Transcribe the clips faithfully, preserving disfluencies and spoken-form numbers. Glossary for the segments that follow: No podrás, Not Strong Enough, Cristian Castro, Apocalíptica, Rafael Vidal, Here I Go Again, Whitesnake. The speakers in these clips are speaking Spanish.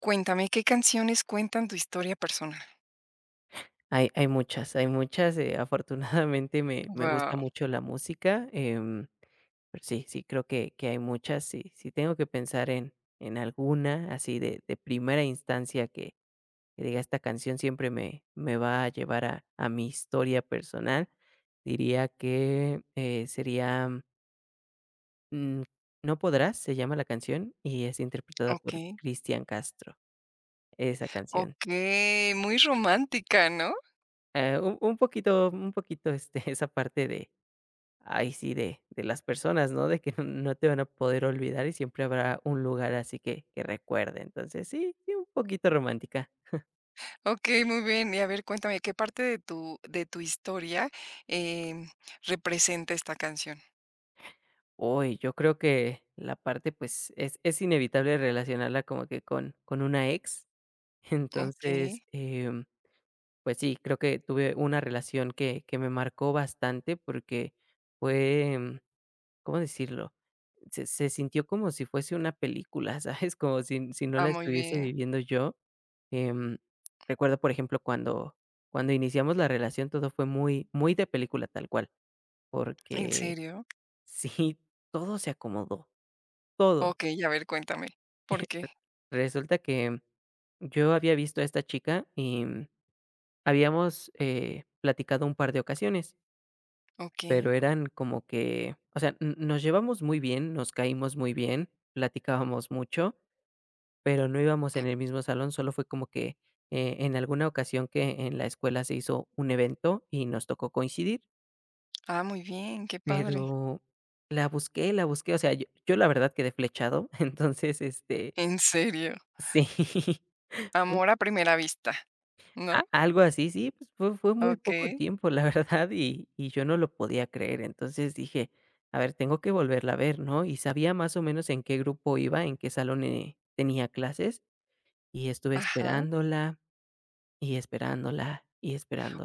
Cuéntame, ¿qué canciones cuentan tu historia personal? Hay hay muchas, hay muchas, eh, afortunadamente me me gusta Wow. mucho la música, em, pero sí, sí creo que que hay muchas, sí sí tengo que pensar en en alguna así de de primera instancia que que diga esta canción siempre me me va a llevar a a mi historia personal, diría que, eh, sería, mm, no podrás, se llama la canción, y es interpretada por okey, Cristian Castro, esa canción. okey, muy romántica, ¿no? Eh, un un poquito un poquito, este, esa parte de ay, sí, de de las personas, ¿no? De que no te van a poder olvidar y siempre habrá un lugar así que que recuerde. Entonces, sí, sí, un poquito romántica. Okey, muy bien. Y a ver, cuéntame, ¿qué parte de tu de tu historia, em, representa esta canción? Uy, yo creo que la parte, pues, es es inevitable relacionarla como que con con una ex. Entonces, Okey. em, pues sí, creo que tuve una relación que que me marcó bastante porque fue ¿cómo decirlo? Se se sintió como si fuese una película, ¿sabes? Como si si no Ah, la muy estuviese bien. viviendo yo. Em, recuerdo, por ejemplo, cuando cuando iniciamos la relación, todo fue muy muy de película tal cual, ¿En porque serio? sí, todo se acomodó, todo. Okey, a ver, cuéntame, ¿por qué? Resulta que yo había visto a esta chica y habíamos, eh, platicado un par de ocasiones, Okey. pero eran como que, o sea, n nos llevamos muy bien, nos caímos muy bien, platicábamos mucho. Pero no íbamos en el mismo salón, solo fue como que, eh, en alguna ocasión que en la escuela se hizo un evento y nos tocó coincidir, Ah, muy bien, qué padre. pero la busqué, la busqué, o sea, yo yo la verdad quedé flechado, entonces, este, ¿En serio? sí, Amor a primera vista, a ¿no? algo así, sí, pues fue fue muy poco Okey. tiempo, la verdad, y y yo no lo podía creer, entonces dije: "A ver, tengo que volverla a ver", ¿no? Y sabía más o menos en qué grupo iba, en qué salón, eh, tenía clases, y estuve Ajá. esperándola y esperándola, y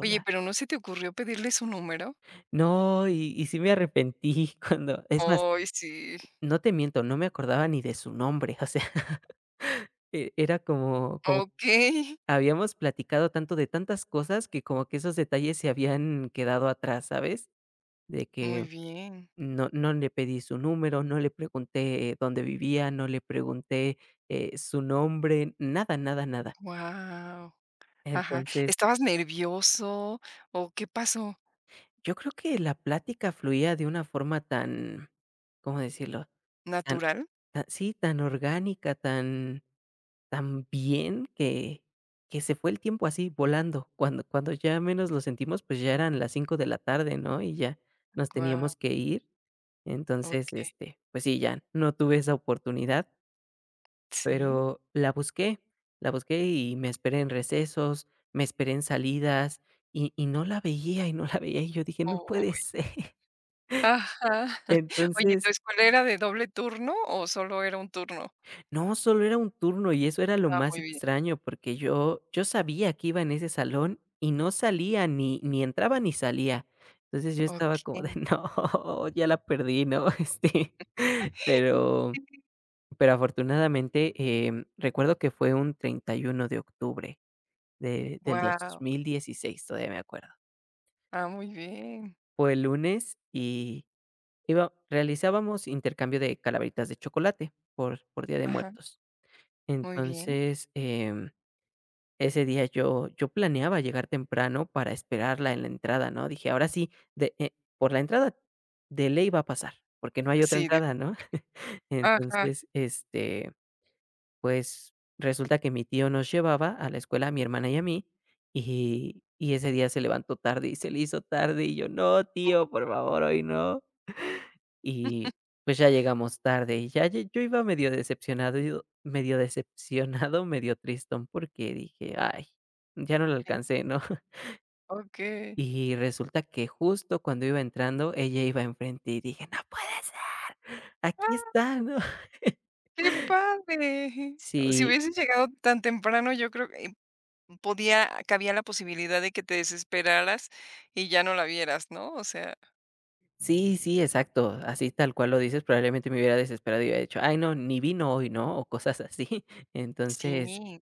Oye, ¿pero no se te ocurrió pedirle su número? No, y y sí me arrepentí cuando es más, Ay, sí. no te miento, no me acordaba ni de su nombre, o sea, e era como como Okey, habíamos platicado tanto de tantas cosas que como que esos detalles se habían quedado atrás, ¿sabes? De muy que bien. no no le pedí su número, no le pregunté eh, dónde vivía, no le pregunté, eh, su nombre, nada, nada, nada. Guau. Ajá. Entonces, ¿Estabas nervioso o qué pasó? yo creo que la plática fluía de una forma tan, ¿cómo decirlo? Tan ¿Natural? ta sí, tan orgánica, tan tan bien que que se fue el tiempo así volando. Cuando cuando ya menos lo sentimos, pues, ya eran las cinco de la tarde, ¿no? Y ya nos teníamos Guau, que ir. Entonces, okey, este, pues sí, ya no tuve esa oportunidad, sí. pero la busqué, la busqué y me esperé en recesos, me esperé en salidas y y no la veía, y no la veía, y yo dije: "No puede Uy, ser". ajá. Oye, ¿tu Entonces escuela era de doble turno o solo era un turno? no, solo era un turno, y eso era lo Ah, más muy bien. extraño, porque yo yo sabía que iba en ese salón y no salía, ni ni entraba ni salía. Entonces, yo estaba como de: Okey. "No, ya la perdí", ¿no? Este, Sí. pero pero afortunadamente, em, recuerdo que fue un treinta y uno de octubre de del dos Guau. mil dieciséis todavía me acuerdo. Ah, muy bien. Fue el lunes y iba realizábamos intercambio de calaveritas de chocolate por por Día de Ajá, Muertos. muy bien. Entonces, em ese día yo yo planeaba llegar temprano para esperarla en la entrada, ¿no? Dije: "Ahora sí, de eh, por la entrada de ley va a pasar, porque no hay otra Sí, de entrada", ¿no? ajá, Entonces, este, pues, resulta que mi tío nos llevaba a la escuela a mi hermana y a mí, y y ese día se levantó tarde y se le hizo tarde, y yo: "No, tío, por favor, hoy no". Y, pues, ya llegamos tarde, y ya ye yo iba medio decepcionado, yo medio decepcionado, medio tristón, porque dije: "Ay, ya no la sí, alcancé", ¿no? okey. Y resulta que justo cuando iba entrando, ella iba enfrente, y dije: "No puede ser, aquí ¡Ah, está", ¿no? qué padre! Si Sí, hubieses llegado tan temprano, yo creo que podía cabía la posibilidad de que te desesperaras y ya no la vieras, ¿no? O sea, sí, sí, exacto, así tal cual lo dices, probablemente me hubiera desesperado y hubiera dicho: "Ay, no, ni vino hoy", ¿no? O cosas así. Entonces sí.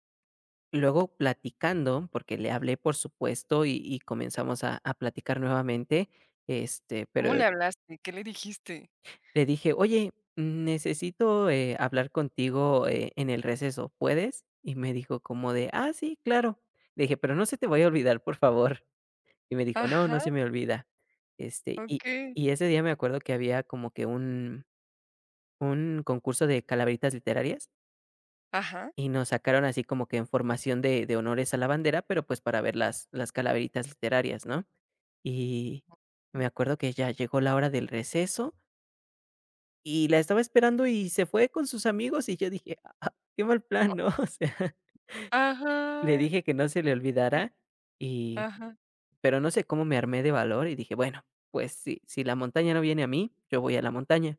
luego platicando, porque le hablé, por supuesto, y y comenzamos a a platicar nuevamente, este, ¿Cómo pero le hablaste? ¿Qué le dijiste? le dije: "Oye, necesito, eh, hablar contigo, eh, en el receso, ¿puedes?". Y me dijo como de: "Ah, sí, claro". Le dije: "Pero no se te vaya a olvidar, por favor". Y me dijo: "No, no se Ajá, me olvida". Este, y okey. y ese día me acuerdo que había como que un un concurso de calaveritas literarias. Ajá. Y nos sacaron así como que en formación de de honores a la bandera, pero, pues, para ver las las calaveritas literarias, ¿no? Y me acuerdo que ya llegó la hora del receso y la estaba esperando y se fue con sus amigos, y yo dije: "Ah, qué mal plan", ¿no? O sea, le Ajá, dije que no se le sí, olvidara y ajá. pero no sé cómo me armé de valor y dije: "Bueno, pues si si la montaña no viene a mí, yo voy a la montaña".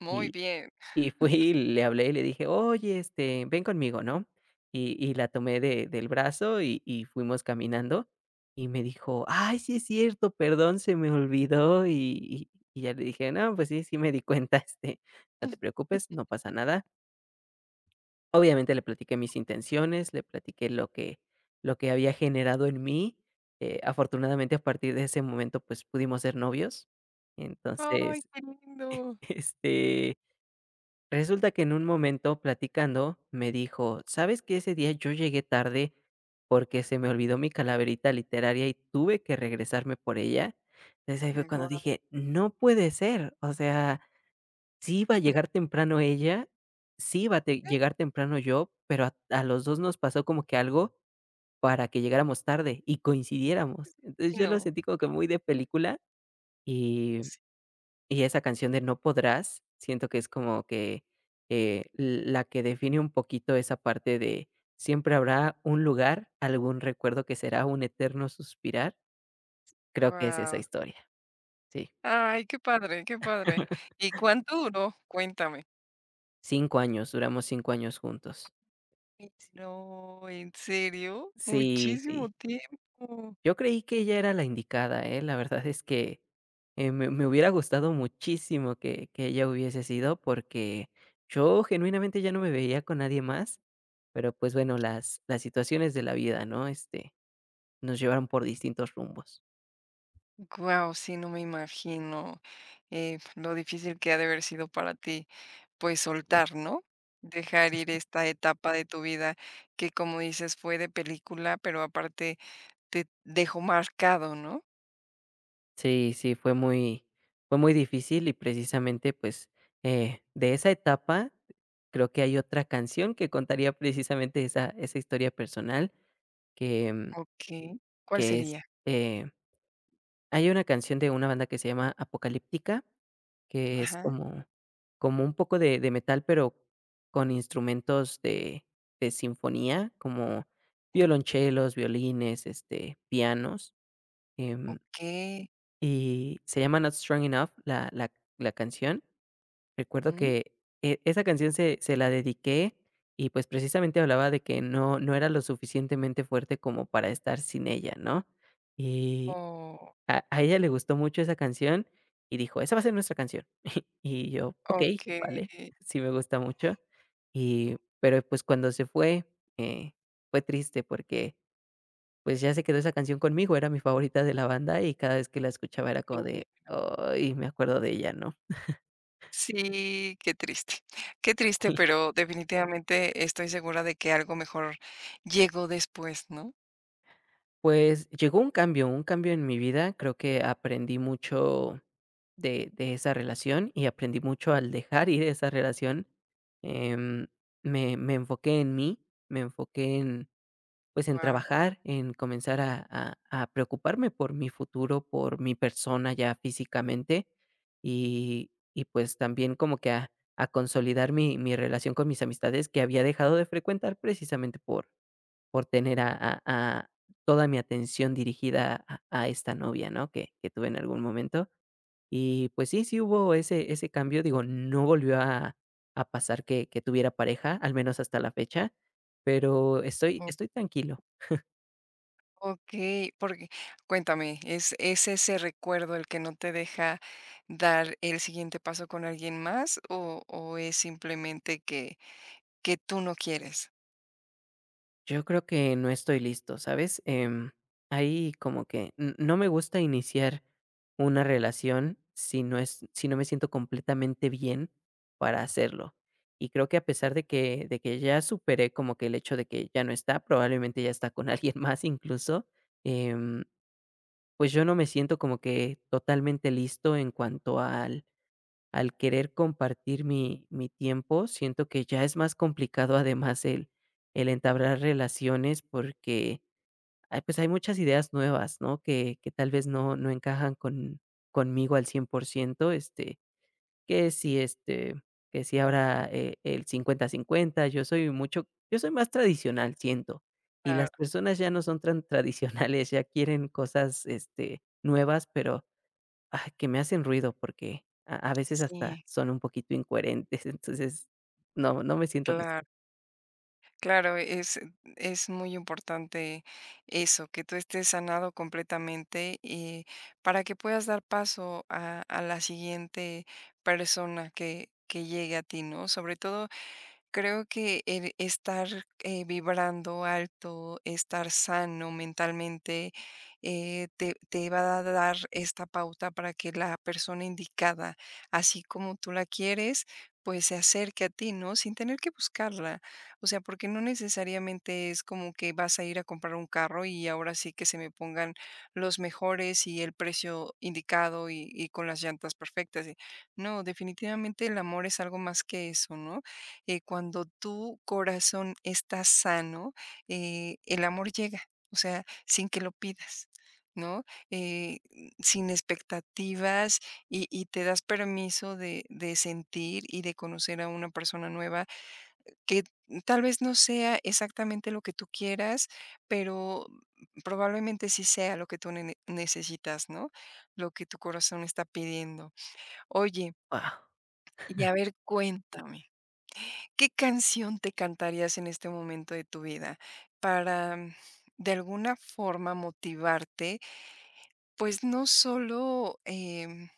Muy Y bien. y fui y le hablé y le dije: "Oye, este, ven conmigo", ¿no? Y y la tomé de del brazo y y fuimos caminando, y me dijo: "Ay, sí es cierto, perdón, se me olvidó", y y y ya le dije: "No, pues sí, sí me di cuenta, este, no te preocupes, no pasa nada". Obviamente le platiqué mis intenciones, le platiqué lo que lo que había generado en mí, eh, afortunadamente, a partir de ese momento, pues, pudimos ser novios. Ay, Entonces, qué lindo. este resulta que en un momento platicando me dijo, ¿sabes que ese día yo llegué tarde porque se me olvidó mi calaverita literaria y tuve que regresarme por ella? Entonces ahí fue cuando Guau, dije, no puede ser, o sea, sí iba a llegar temprano ella, sí iba a te- qué llegar temprano yo, pero a, a los dos nos pasó como que algo para que llegáramos tarde y coincidiéramos. Entonces yo lo fino. sentí como que muy de película y esa canción de No podrás, siento que es como que, eh, la que define un poquito esa parte de siempre habrá un lugar, algún recuerdo que será un eterno suspirar. Creo que es esa Guau. historia, sí. Ay, qué padre, qué padre. ¿Y cuánto duró? Cuéntame. Cinco años, duramos cinco años juntos. Ay, Sí, no, ¿en serio? sí, Muchísimo sí. tiempo. Yo creí que ella era la indicada, ¿eh? La verdad es que, eh, me me hubiera gustado muchísimo que que ella hubiese sido, porque yo genuinamente ya no me veía con nadie más. Pero, pues, bueno, las las situaciones de la vida, ¿no? Este, nos llevaron por distintos rumbos. Guau, sí, no me imagino eh, lo difícil que ha de haber sido para ti, pues soltar, ¿no? Dejar ir esta etapa de tu vida que, como dices, fue de película, pero aparte te dejó marcado, ¿no? Sí, sí, fue muy fue muy difícil y precisamente, pues, eh, de esa etapa creo que hay otra canción que contaría precisamente esa esa historia personal que, mm, Okey. ¿Cuál que es, sería? eh hay una canción de una banda que se llama Apocalíptica, que es Ajá, como como un poco de de metal, pero con instrumentos de de sinfonía, como sí. violonchelos, violines, este, pianos, em, Okey. y se llama Not Strong Enough la la la canción. Recuerdo Mm. que e esa canción se se la dediqué y, pues, precisamente hablaba de que no no era lo suficientemente fuerte como para estar sin ella, ¿no? Y Oh, a a ella le gustó mucho esa canción y dijo: "Esa va a ser nuestra canción". Y yo: "Ok, okey. vale". Sí me gusta mucho. Y pero, pues, cuando se fue, eh, fue triste porque, pues, ya se quedó esa canción conmigo, era mi favorita de la banda y cada vez que la escuchaba era como de: "Ay, me acuerdo de ella", ¿no? Sí, qué triste. Qué triste, pero definitivamente estoy segura de que algo mejor llegó después, ¿no? Pues, llegó un cambio, un cambio en mi vida, creo que aprendí mucho de de esa relación y aprendí mucho al dejar ir esa relación, em, me me enfoqué en mí, me enfoqué en, pues, en trabajar, en comenzar a a a preocuparme por mi futuro, por mi persona ya físicamente y y, pues, también como que a a consolidar mi mi relación con mis amistades que había dejado de frecuentar precisamente por por tener a a a toda mi atención dirigida a a esta novia, ¿no?, que que tuve en algún momento. Y pues sí, sí hubo ese ese cambio, digo, no volvió a a pasar que que tuviera pareja, al menos hasta la fecha, pero estoy Wow. estoy tranquilo. Okey, porque cuéntame, ¿es es ese recuerdo el que no te deja dar el siguiente paso con alguien más o o es simplemente que que tú no quieres? Yo creo que no estoy listo, ¿sabes? Em, ahí como que n no me gusta iniciar una relación si no es si no me siento completamente bien para hacerlo. Y creo que a pesar de que de que ya superé como que el hecho de que ya no está, probablemente ya está con alguien más incluso, em, pues yo no me siento como que totalmente listo en cuanto al al querer compartir mi mi tiempo. Siento que ya es más complicado, además, el el entablar relaciones porque, ah, pues, hay muchas ideas nuevas, ¿no? Que que tal vez no no encajan con conmigo al cien por ciento, este, que si, este, que si ahora, eh, el cincuenta cincuenta yo soy mucho yo soy más tradicional, siento, y Claro, las personas ya no son tan tradicionales, ya quieren cosas, este, nuevas, pero, ah, que me hacen ruido porque a a veces hasta sí, son un poquito incoherentes, entonces, no, no me siento claro, listo. claro, es es muy importante eso, que tú estés sanado completamente, eh, para que puedas dar paso a a la siguiente persona que que llegue a ti, ¿no? Sobre todo creo que el estar eh, vibrando alto, estar sano mentalmente, eh, te, te va a dar esta pauta para que la persona indicada, así como tú la quieres, pues se acerque a ti, ¿no? Sin tener que buscarla. O sea, porque no necesariamente es como que vas a ir a comprar un carro y ahora sí que se me pongan los mejores y el precio indicado y, y con las llantas perfectas. No, definitivamente el amor es algo más que eso, ¿no? Eh, cuando tu corazón está sano, eh, el amor llega, o sea, sin que lo pidas, ¿no? Eh, Sin expectativas y, y te das permiso de, de sentir y de conocer a una persona nueva que tal vez no sea exactamente lo que tú quieras, pero probablemente sí sea lo que tú ne- necesitas, ¿no? Lo que tu corazón está pidiendo. Oye, Ah, y a ver, cuéntame. ¿Qué canción te cantarías en este momento de tu vida para, mm, de alguna forma, motivarte, pues no solo, em,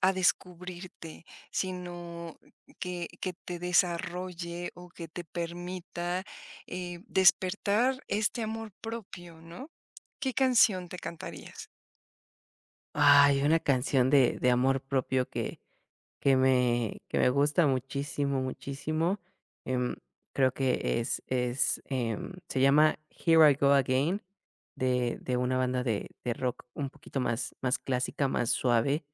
a descubrirte, sino que que te desarrolle o que te permita, eh, despertar este amor propio, ¿no? ¿Qué canción te cantarías? ay, una canción de de amor propio que que me que me gusta muchísimo, muchísimo, em, creo que es es, em, se llama Here I Go Again, de de una banda de de rock un poquito más más clásica, más suave,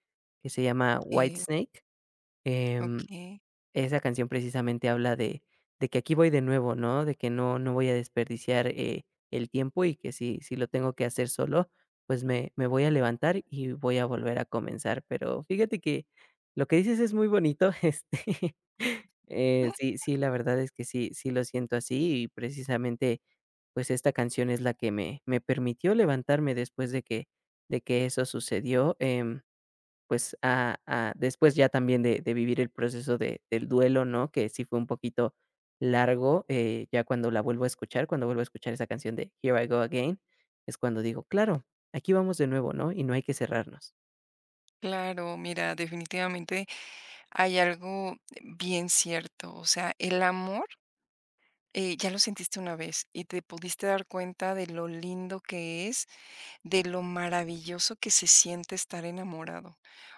que se llama Eh, Whitesnake, em Okey. esa canción precisamente habla de de que aquí voy de nuevo, ¿no? De que no no voy a desperdiciar, eh, el tiempo y que si si lo tengo que hacer solo, pues me me voy a levantar y voy a volver a comenzar. Pero fíjate que lo que dices es muy bonito, este, eh, sí sí, la verdad es que sí sí lo siento así y precisamente, pues, esta canción es la que me me permitió levantarme después de que de que eso sucedió, em pues, a a después ya también de de vivir el proceso de del duelo, ¿no? Que sí fue un poquito largo, eh, ya cuando la vuelvo a escuchar, cuando vuelvo a escuchar esa canción de Here I Go Again, es cuando digo: "Claro, aquí vamos de nuevo, ¿no? Y no hay que cerrarnos". Claro, mira, definitivamente hay algo bien cierto, o sea, el amor eh, ya lo sentiste una vez y te pudiste dar cuenta de lo lindo que es, de lo maravilloso que se siente estar enamorado.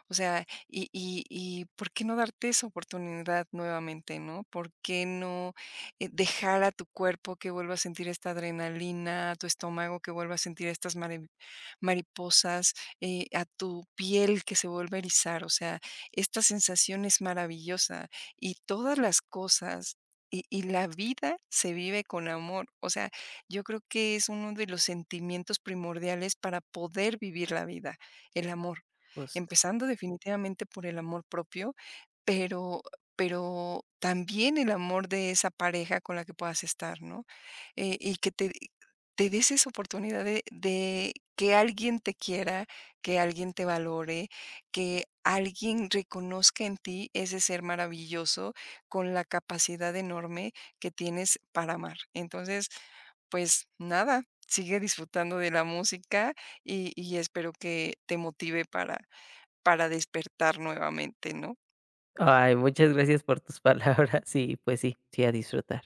O sea, y, y, y ¿por qué no darte esa oportunidad nuevamente, no? ¿Por qué no eh, dejar a tu cuerpo que vuelva a sentir esta adrenalina, a tu estómago que vuelva a sentir estas marav- mariposas, eh, a tu piel que se vuelva a erizar? O sea, esta sensación es maravillosa y todas las cosas y, y la vida se vive con amor. O sea, yo creo que es uno de los sentimientos primordiales para poder vivir la vida, el amor. Justo. Empezando definitivamente por el amor propio, pero pero también el amor de esa pareja con la que puedas estar, ¿no? Eh, y que te te des esa oportunidad de de que alguien te quiera, que alguien te valore, que alguien reconozca en ti ese ser maravilloso con la capacidad enorme que tienes para amar. Entonces, pues nada, sigue disfrutando de la música y y espero que te motive para para despertar nuevamente, ¿no? Ay, muchas gracias por tus palabras y, pues sí, sí, a disfrutar.